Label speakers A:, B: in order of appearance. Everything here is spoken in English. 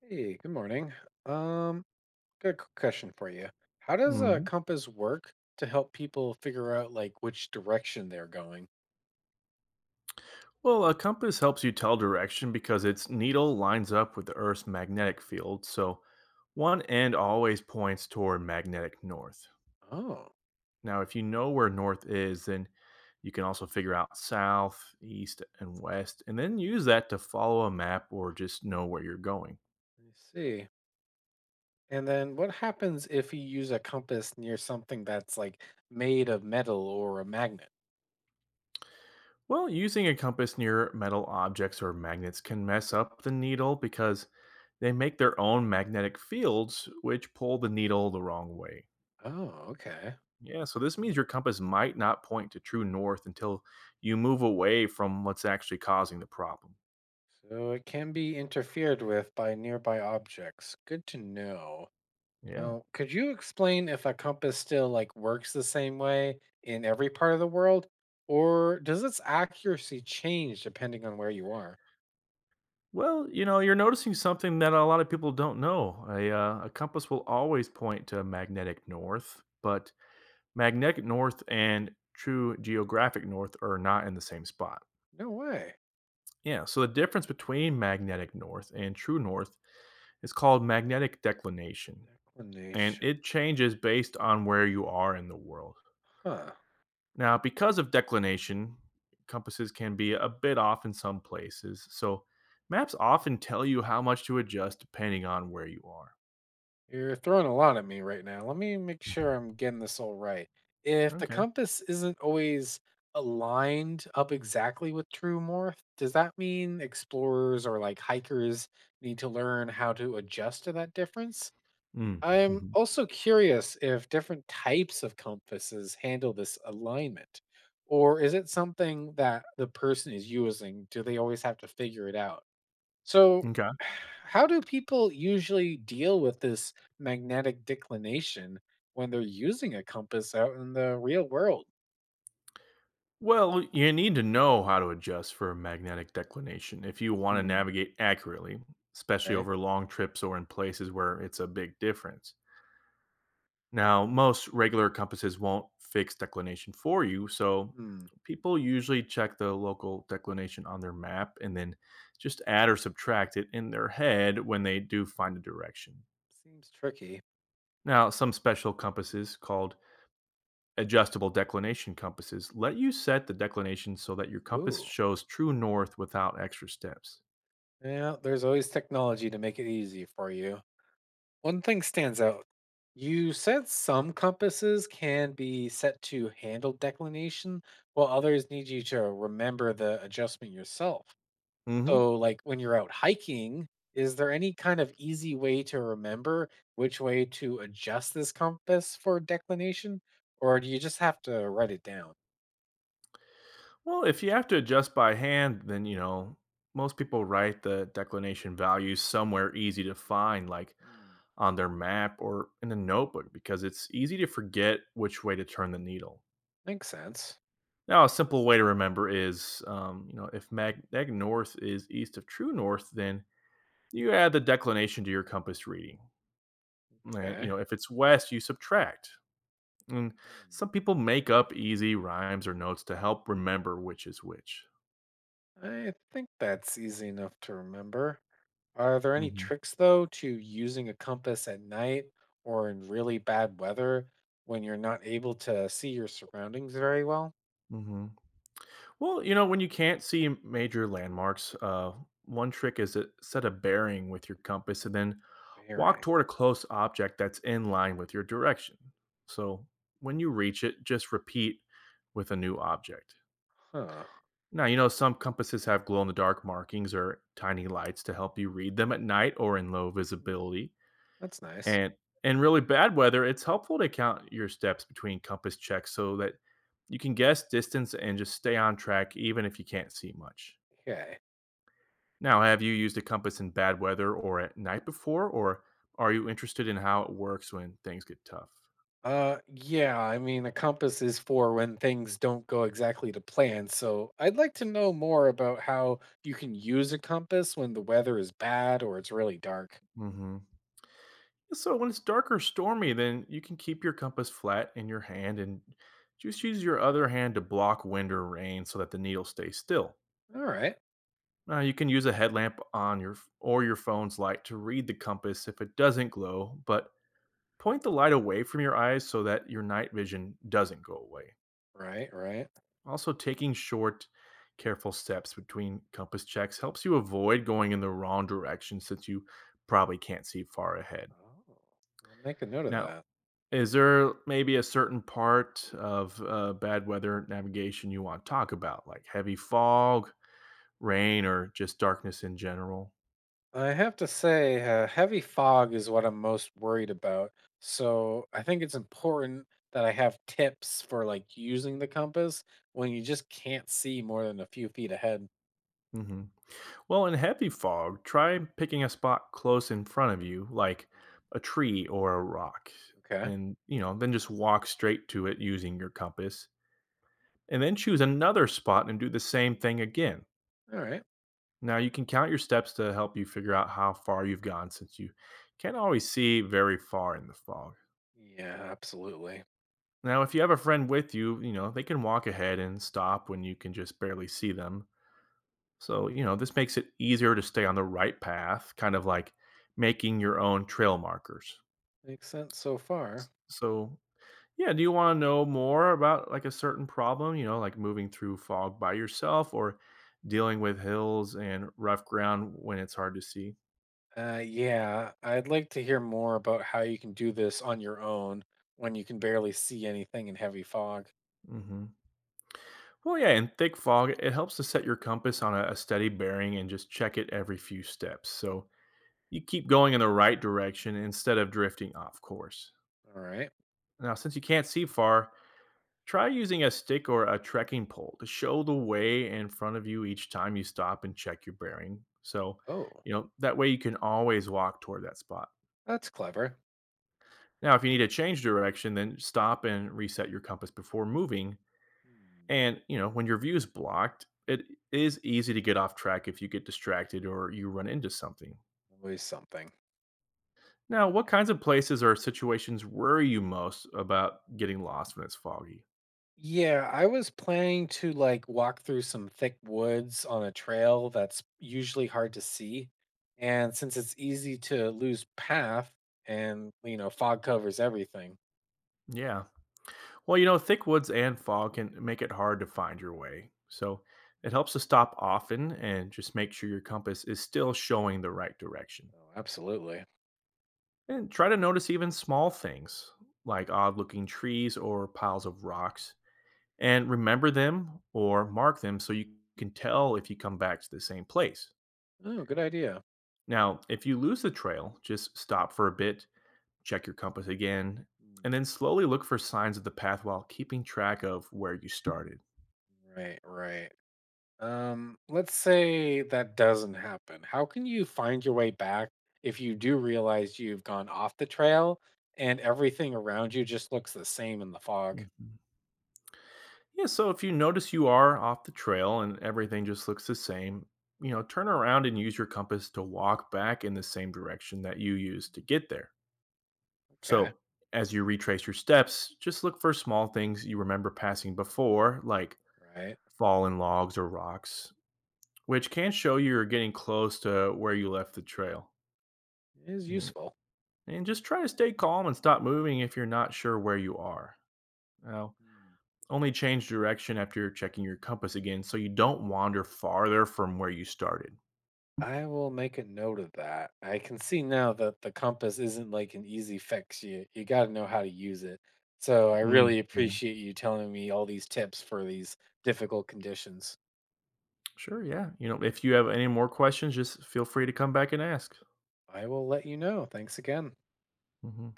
A: Hey, good morning. Um, got good question for you. How does a
B: Mhm.
A: compass work to help people figure out like which direction they're going?
B: Well, a compass helps you tell direction because its needle lines up with the Earth's magnetic field, so one end always points toward magnetic north.
A: Oh,
B: Now, if you know where north is, then you can also figure out south, east, and west, and then use that to follow a map or just know where you're going.
A: I see. And then what happens if you use a compass near something that's like made of metal or a magnet?
B: Well, using a compass near metal objects or magnets can mess up the needle because they make their own magnetic fields, which pull the needle the wrong way.
A: Oh, okay.
B: Yeah, so this means your compass might not point to true north until you move away from what's actually causing the problem.
A: So it can be interfered with by nearby objects. Good to know.
B: Yeah.
A: Now, could you explain if a compass still like works the same way in every part of the world, or does its accuracy change depending on where you are?
B: Well, you know, you're noticing something that a lot of people don't know. A compass will always point to magnetic north, but magnetic north and true geographic north are not in the same spot.
A: No way.
B: Yeah, so the difference between magnetic north and true north is called magnetic declination, and
A: Declination.
B: it changes based on where you are in the world.
A: Huh.
B: Now, because of declination, compasses can be a bit off in some places, so maps often tell you how much to adjust depending on where you are.
A: You're throwing a lot at me right now. Let me make sure I'm getting this all right. If the
B: Okay.
A: compass isn't always aligned up exactly with true north, does that mean explorers or like hikers need to learn how to adjust to that difference?
B: Mm,
A: I'm
B: mhm.
A: also curious if different types of compasses handle this alignment, or is it something that the person is using? Do they always have to figure it out? So,
B: Okay.
A: how do people usually deal with this magnetic declination when they're using a compass out in the real world?
B: Well, you need to know how to adjust for magnetic declination if you want to
A: Hmm,
B: navigate accurately, especially
A: right?
B: over long trips or in places where it's a big difference. Now, most regular compasses won't fix declination for you, so
A: Hmm,
B: people usually check the local declination on their map and then just add or subtract it in their head when they do find a direction.
A: seems tricky.
B: Now, some special compasses called adjustable declination compasses let you set the declination so that your compass
A: Ooh.
B: shows true north without extra steps.
A: Yeah, there's always technology to make it easy for you. One thing stands out. You said some compasses can be set to handle declination, while others need you to remember the adjustment yourself.
B: Hmm.
A: So, like when you're out hiking, is there any kind of easy way to remember which way to adjust this compass for declination? Or do you just have to write it down?
B: Well, if you have to adjust by hand, then you know most people write the declination values somewhere easy to find, like
A: Hmm,
B: on their map or in a notebook, because it's easy to forget which way to turn the needle.
A: makes sense.
B: Now, a simple way to remember is, if neg north is east of true north, then you add the declination to your compass reading, and you
A: Okay.
B: know if it's west, you subtract. And
A: Hmm.
B: some people make up easy rhymes or notes to help remember which is which.
A: I think that's easy enough to remember. Are there any
B: Hmm.
A: tricks though to using a compass at night or in really bad weather when you're not able to see your surroundings very well?
B: Hmm. Well, you know, when you can't see major landmarks, one trick is to set a bearing with your compass and then walk
A: Bearing.
B: toward a close object that's in line with your direction. So when you reach it, just repeat with a new object.
A: Huh.
B: Now, you know, some compasses have glow in the dark markings or tiny lights to help you read them at night or in low
A: Hmm,
B: visibility.
A: that's nice.
B: And in really bad weather, it's helpful to count your steps between compass checks so that you can guess distance and just stay on track even if you can't see much.
A: Okay.
B: Now, have you used a compass in bad weather or at night before, or are you interested in how it works when things get tough?
A: Yeah, I mean a compass is for when things don't go exactly to plan. So I'd like to know more about how you can use a compass when the weather is bad or it's really dark.
B: Hmm. So, when it's dark or stormy, then you can keep your compass flat in your hand and just use
A: Hmm.
B: your other hand to block wind or rain so that the needle stays still.
A: All right.
B: Now, you can use a headlamp on your f- or your phone's light to read the compass if it doesn't glow, but point the light away from your eyes so that your night vision doesn't go away.
A: Right, right.
B: Also, taking short, careful steps between compass checks helps you avoid going in the wrong direction since you probably can't see far ahead.
A: Oh. I'll make a note of
B: Now,
A: that.
B: is there maybe a certain part of bad weather navigation you want to talk about, like heavy fog, rain, or just darkness in general?
A: I have to say, heavy fog is what I'm most worried about. So I think it's important that I have tips for like using the compass when you just can't see more than a few feet ahead.
B: Hmm. Well, in heavy fog, try picking a spot close in front of you, like a tree or a rock,
A: Okay.
B: and you know, then just walk straight to it using your compass and then choose another spot and do the same thing again.
A: All right.
B: Now you can count your steps to help you figure out how far you've gone since you can't always see very far in the fog.
A: Yeah, absolutely.
B: Now, if you have a friend with you, you know, they can walk ahead and stop when you can just barely see them. So, you know, this makes it easier to stay on the right path, kind of like making your own trail markers.
A: Makes sense so far.
B: So, yeah, do you wanna know more about, like, a certain problem, you know, like moving through fog by yourself or dealing with hills and rough ground when it's hard to see?
A: Yeah, I'd like to hear more about how you can do this on your own when you can barely see anything in heavy fog.
B: Mhm. Well, yeah, in thick fog, it helps to set your compass on a steady bearing and just check it every few steps, so you keep going in the right direction instead of drifting off course.
A: All right.
B: Now, since you can't see far, try using a stick or a trekking pole to show the way in front of you each time you stop and check your bearing. So,
A: Oh,
B: you know, that way you can always walk toward that spot.
A: that's clever.
B: Now, if you need to change direction, then stop and reset your compass before moving.
A: Hmm,
B: And, you know, when your view is blocked, it is easy to get off track if you get distracted or you run into something.
A: always something.
B: Now, what kinds of places or situations worry you most about getting lost when it's foggy?
A: Yeah, I was planning to like walk through some thick woods on a trail that's usually hard to see. And since it's easy to lose path and, you know, fog covers everything.
B: Yeah. Well, you know, thick woods and fog can make it hard to find your way. So it helps to stop often and just make sure your compass is still showing the right direction.
A: Oh, absolutely.
B: And try to notice even small things like odd looking trees or piles of rocks and remember them or mark them so you can tell if you come back to the same place.
A: Oh, good idea.
B: Now, if you lose the trail, just stop for a bit, check your compass again, and
A: Mm,
B: then slowly look for signs of the path while keeping track of where you started.
A: right, right. Let's say that doesn't happen. How can you find your way back if you do realize you've gone off the trail and everything around you just looks the same in the fog?
B: Mhm. Yeah, so if you notice you are off the trail and everything just looks the same, you know, turn around and use your compass to walk back in the same direction that you used to get there.
A: Okay,
B: So as you retrace your steps, just look for small things you remember passing before, like
A: right.
B: fallen logs or rocks, which can show you're getting close to where you left the trail.
A: It is
B: And
A: useful.
B: and just try to stay calm and stop moving if you're not sure where you are. Now,
A: Mm.
B: only change direction after checking your compass again so you don't wander farther from where you started.
A: I will make a note of that. I can see now that the compass isn't like an easy fix. You got to know how to use it. So I
B: Mm.
A: really
B: Yeah.
A: appreciate you telling me all these tips for these difficult conditions.
B: Sure, yeah. You know, if you have any more questions, just feel free to come back and ask.
A: I will let you know. Thanks again.
B: Mhm.